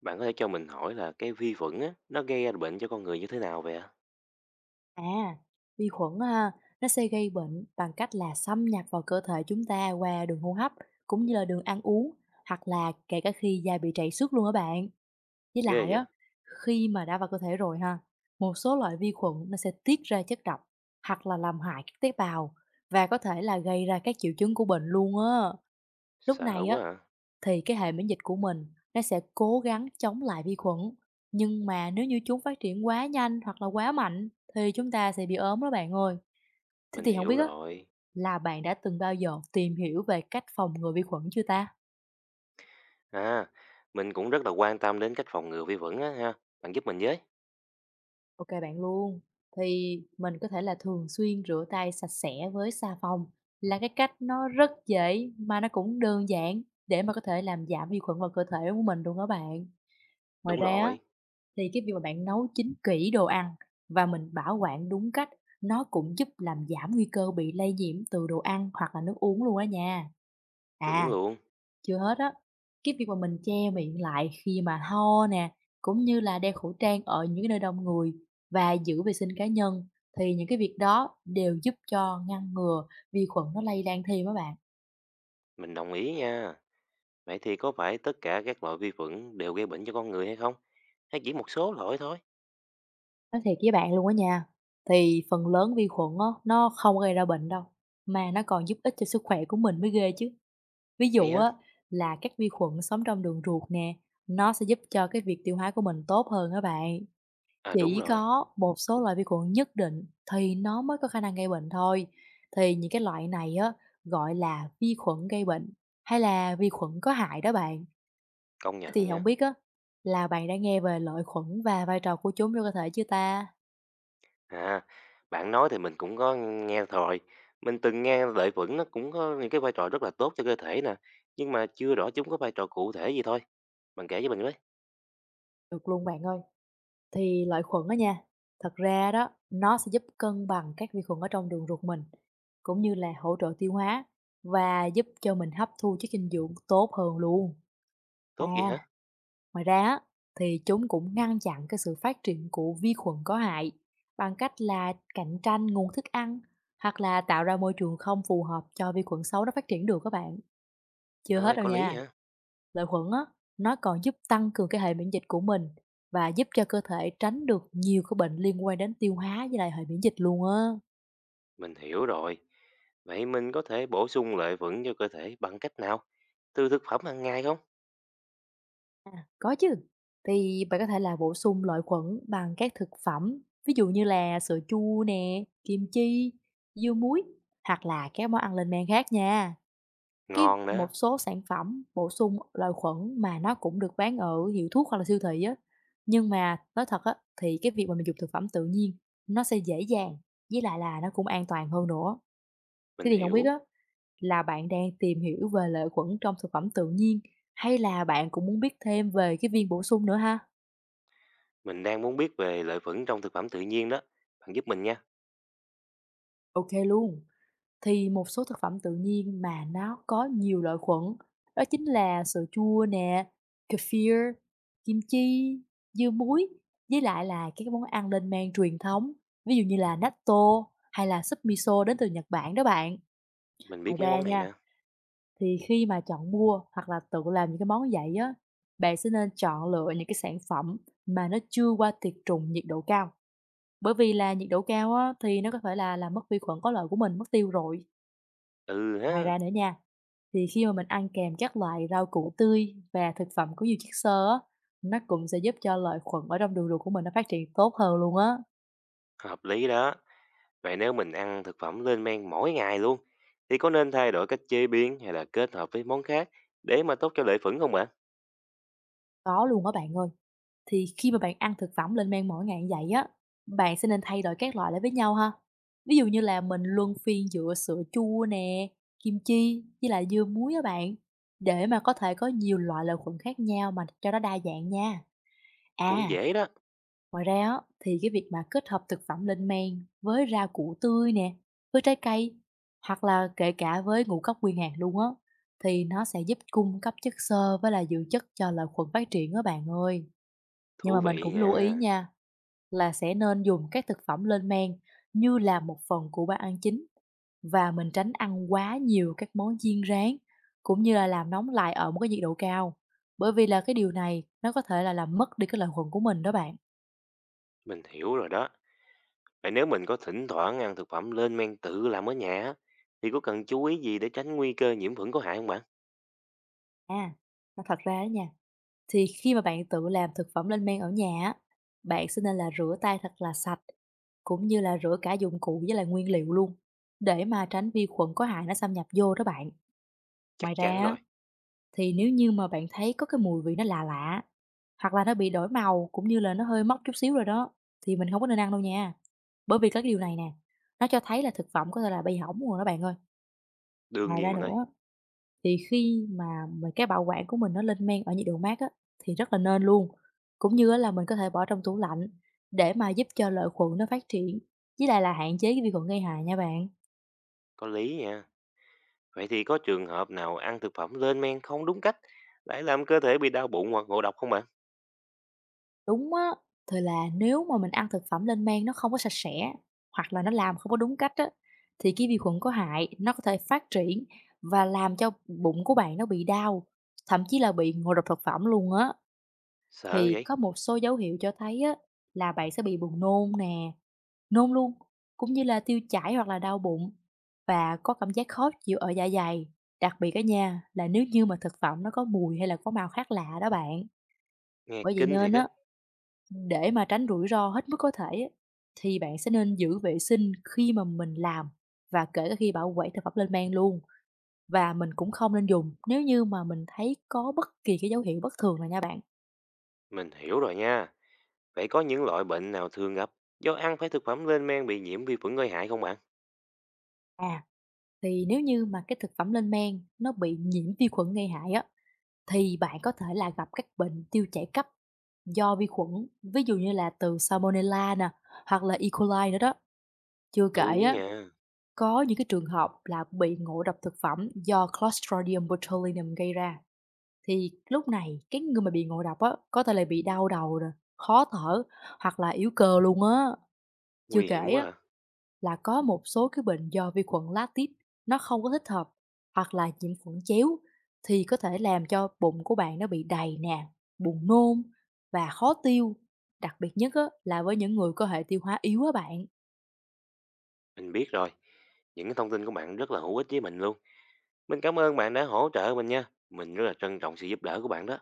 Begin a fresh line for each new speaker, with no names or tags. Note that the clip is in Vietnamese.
Bạn có thể cho mình hỏi là cái vi khuẩn á, nó gây ra bệnh cho con người như thế nào vậy ạ?
À, vi khuẩn ha, nó sẽ gây bệnh bằng cách là xâm nhập vào cơ thể chúng ta qua đường hô hấp cũng như là đường ăn uống, hoặc là kể cả khi da bị trầy xước luôn á bạn. Với
Ghê
lại
vậy?
á, khi mà đã vào cơ thể rồi ha, một số loại vi khuẩn nó sẽ tiết ra chất độc hoặc là làm hại các tế bào, và có thể là gây ra các triệu chứng của bệnh luôn á. Lúc
Sợ
này á,
quá à.
thì cái hệ miễn dịch của mình nó sẽ cố gắng chống lại vi khuẩn, nhưng mà nếu như chúng phát triển quá nhanh hoặc là quá mạnh thì chúng ta sẽ bị ốm đó bạn ơi. Thế
Mình
thì không
hiểu
biết á,
rồi.
là bạn đã từng bao giờ tìm hiểu về cách phòng ngừa vi khuẩn chưa ta?
À, mình cũng rất là quan tâm đến cách phòng ngừa vi khuẩn á ha. Bạn giúp mình với.
OK bạn luôn. Thì mình có thể là thường xuyên rửa tay sạch sẽ với xà phòng, là cái cách nó rất dễ mà nó cũng đơn giản, để mà có thể làm giảm vi khuẩn vào cơ thể của mình luôn á bạn. Ngoài
Đúng
ra á,
rồi,
thì cái việc mà bạn nấu chín kỹ đồ ăn và mình bảo quản đúng cách, nó cũng giúp làm giảm nguy cơ bị lây nhiễm từ đồ ăn hoặc là nước uống luôn á nha.
chuẩn
À,
luôn.
chưa hết á, cái việc mà mình che miệng lại khi mà ho nè, cũng như là đeo khẩu trang ở những cái nơi đông người và giữ vệ sinh cá nhân, thì những cái việc đó đều giúp cho ngăn ngừa vi khuẩn nó lây lan thêm á bạn.
Mình đồng ý nha. Vậy thì có phải tất cả các loại vi khuẩn đều gây bệnh cho con người hay không? Hay chỉ một số loại thôi?
Nói thiệt với bạn luôn á nha, thì phần lớn vi khuẩn á, nó không gây ra bệnh đâu, mà nó còn giúp ích cho sức khỏe của mình mới ghê chứ. Ví
Vậy
dụ
hả?
á, là các vi khuẩn sống trong đường ruột nè, nó sẽ giúp cho cái việc tiêu hóa của mình tốt hơn các bạn.
À đúng
Chỉ
rồi,
có một số loại vi khuẩn nhất định thì nó mới có khả năng gây bệnh thôi. Thì những cái loại này á, gọi là vi khuẩn gây bệnh hay là vi khuẩn có hại đó bạn.
công
Thế
nhận
thì không
nha.
biết á, là bạn đã nghe về lợi khuẩn và vai trò của chúng trong cơ thể chưa ta?
À, bạn nói thì mình cũng có nghe rồi. Mình từng nghe lợi khuẩn nó cũng có những cái vai trò rất là tốt cho cơ thể nè. Nhưng mà chưa rõ chúng có vai trò cụ thể gì thôi. Bạn kể cho mình với.
Được luôn bạn ơi. Thì lợi khuẩn đó nha, thật ra đó, nó sẽ giúp cân bằng các vi khuẩn ở trong đường ruột mình, cũng như là hỗ trợ tiêu hóa và giúp cho mình hấp thu chất dinh dưỡng tốt hơn luôn.
Tốt vậy
À.
hả?
Ngoài ra á, thì chúng cũng ngăn chặn cái sự phát triển của vi khuẩn có hại, bằng cách là cạnh tranh nguồn thức ăn hoặc là tạo ra môi trường không phù hợp cho vi khuẩn xấu nó phát triển được các bạn. Chưa hết
Rồi,
đâu
có lý
nha.
hả?
Lợi khuẩn á, nó còn giúp tăng cường cái hệ miễn dịch của mình, và giúp cho cơ thể tránh được nhiều cái bệnh liên quan đến tiêu hóa với lại hệ miễn dịch luôn á.
Mình hiểu rồi. Vậy mình có thể bổ sung lợi khuẩn cho cơ thể bằng cách nào? Từ thực phẩm hàng ngày không?
Có chứ. Thì bạn có thể là bổ sung lợi khuẩn bằng các thực phẩm, ví dụ như là sữa chua nè, kim chi, dưa muối hoặc là các món ăn lên men khác nha. Cái
Ngon
một
đó.
số sản phẩm bổ sung lợi khuẩn mà nó cũng được bán ở hiệu thuốc hoặc là siêu thị á. Nhưng mà nói thật á, thì cái việc mà mình dùng thực phẩm tự nhiên nó sẽ dễ dàng, với lại là nó cũng an toàn hơn nữa. Thế
Mình
thì không biết
hiểu.
á, là bạn đang tìm hiểu về lợi khuẩn trong thực phẩm tự nhiên, hay là bạn cũng muốn biết thêm về cái viên bổ sung nữa ha?
Mình đang muốn biết về lợi khuẩn trong thực phẩm tự nhiên đó. Bạn giúp mình nha.
OK luôn. Thì một số thực phẩm tự nhiên mà nó có nhiều lợi khuẩn, đó chính là sữa chua nè, kefir, kim chi, dưa muối, với lại là các món ăn lên men truyền thống, ví dụ như là natto hay là súp miso đến từ Nhật Bản đó bạn.
Mình
Ngoài
biết mấy
ra
món này
nha,
nè.
thì khi mà chọn mua hoặc là tự làm những cái món như vậy á, bạn sẽ nên chọn lựa những cái sản phẩm mà nó chưa qua tiệt trùng nhiệt độ cao. Bởi vì là nhiệt độ cao á, thì nó có thể là làm mất vi khuẩn có lợi của mình mất tiêu rồi.
Ừ
Ngoài
ha,
ra nữa nha, thì khi mà mình ăn kèm các loại rau củ tươi và thực phẩm có nhiều chất xơ á, nó cũng sẽ giúp cho lợi khuẩn ở trong đường ruột của mình nó phát triển tốt hơn luôn á.
hợp lý đó. Vậy nếu mình ăn thực phẩm lên men mỗi ngày luôn, thì có nên thay đổi cách chế biến hay là kết hợp với món khác để mà tốt cho lợi khuẩn không bạn?
Có luôn á bạn ơi. Thì khi mà bạn ăn thực phẩm lên men mỗi ngày như vậy á, bạn sẽ nên thay đổi các loại lại với nhau ha. Ví dụ như là mình luân phiên giữa sữa chua nè, kim chi với lại dưa muối á bạn, để mà có thể có nhiều loại lợi khuẩn khác nhau mà cho nó đa dạng nha.
Cũng
À,
dễ đó,
ngoài ra á, thì cái việc mà kết hợp thực phẩm lên men với rau củ tươi nè, với trái cây hoặc là kể cả với ngũ cốc nguyên hạt luôn á, thì nó sẽ giúp cung cấp chất xơ với là dưỡng chất cho lợi khuẩn phát triển đó bạn ơi. Nhưng mà
thú
mình
vị
cũng lưu ý
nha.
nha, là sẽ nên dùng các thực phẩm lên men như là một phần của bữa ăn chính, và mình tránh ăn quá nhiều các món chiên rán, cũng như là làm nóng lại ở một cái nhiệt độ cao, bởi vì là cái điều này nó có thể là làm mất đi cái lợi khuẩn của mình đó bạn.
Mình hiểu rồi đó. Vậy nếu mình có thỉnh thoảng ăn thực phẩm lên men tự làm ở nhà, á, thì có cần chú ý gì để tránh nguy cơ nhiễm khuẩn có hại không bạn?
À, mà thật ra đó nha, thì khi mà bạn tự làm thực phẩm lên men ở nhà á, bạn sẽ nên là rửa tay thật là sạch, cũng như là rửa cả dụng cụ với lại nguyên liệu luôn, để mà tránh vi khuẩn có hại nó xâm nhập vô đó bạn. Ngoài
Chắc
ra
chắn
á,
rồi,
thì nếu như mà bạn thấy có cái mùi vị nó lạ lạ, hoặc là nó bị đổi màu cũng như là nó hơi mốc chút xíu rồi đó, thì mình không có nên ăn đâu nha. Bởi vì cái điều này nè, nó cho thấy là thực phẩm có thể là bị hỏng rồi đó bạn ơi.
đương
Ngoài ra
nhiên bạn ơi,
nữa, thì khi mà mình cái bảo quản của mình nó lên men ở nhiệt độ mát á, thì rất là nên luôn, cũng như á là mình có thể bỏ trong tủ lạnh để mà giúp cho lợi khuẩn nó phát triển, với lại là hạn chế cái vi khuẩn gây hại nha bạn.
có lý nha. Vậy thì có trường hợp nào ăn thực phẩm lên men không đúng cách lại làm cơ thể bị đau bụng hoặc ngộ độc không bạn?
Đúng á, thì là nếu mà mình ăn thực phẩm lên men nó không có sạch sẽ, hoặc là nó làm không có đúng cách á, thì cái vi khuẩn có hại nó có thể phát triển và làm cho bụng của bạn nó bị đau, thậm chí là bị ngộ độc thực phẩm luôn á.
Sợ
Thì
vậy,
có một số dấu hiệu cho thấy á, là bạn sẽ bị buồn nôn nè, nôn luôn, cũng như là tiêu chảy hoặc là đau bụng và có cảm giác khó chịu ở dạ dày. Đặc biệt ở nhà là nếu như mà thực phẩm nó có mùi hay là có màu khác lạ đó bạn.
nghe
Bởi vậy
kinh
nên
thiệt á.
á, để mà tránh rủi ro hết mức có thể á, thì bạn sẽ nên giữ vệ sinh khi mà mình làm và kể cả khi bảo quản thực phẩm lên men luôn, và mình cũng không nên dùng nếu như mà mình thấy có bất kỳ cái dấu hiệu bất thường nào nha bạn.
Mình hiểu rồi nha. Vậy có những loại bệnh nào thường gặp do ăn phải thực phẩm lên men bị nhiễm vi khuẩn gây hại không bạn?
À, thì nếu như mà cái thực phẩm lên men nó bị nhiễm vi khuẩn gây hại á, thì bạn có thể là gặp các bệnh tiêu chảy cấp do vi khuẩn, ví dụ như là từ Salmonella nè, hoặc là E. coli nữa đó. Chưa kể
Đúng
á,
nha,
có những cái trường hợp là bị ngộ độc thực phẩm do Clostridium botulinum gây ra. Thì lúc này cái người mà bị ngộ độc á, có thể là bị đau đầu nè, khó thở hoặc là yếu cơ luôn á. Chưa
nguy hiểm
kể
quá
á,
à.
là có một số cái bệnh do vi khuẩn lactic nó không có thích hợp hoặc là nhiễm khuẩn chéo, thì có thể làm cho bụng của bạn nó bị đầy nè, buồn nôn và khó tiêu. Đặc biệt nhất á, là với những người có hệ tiêu hóa yếu á bạn.
Mình biết rồi, những cái thông tin của bạn rất là hữu ích với mình luôn. Mình cảm ơn bạn đã hỗ trợ mình nha. Mình rất là trân trọng sự giúp đỡ của bạn đó.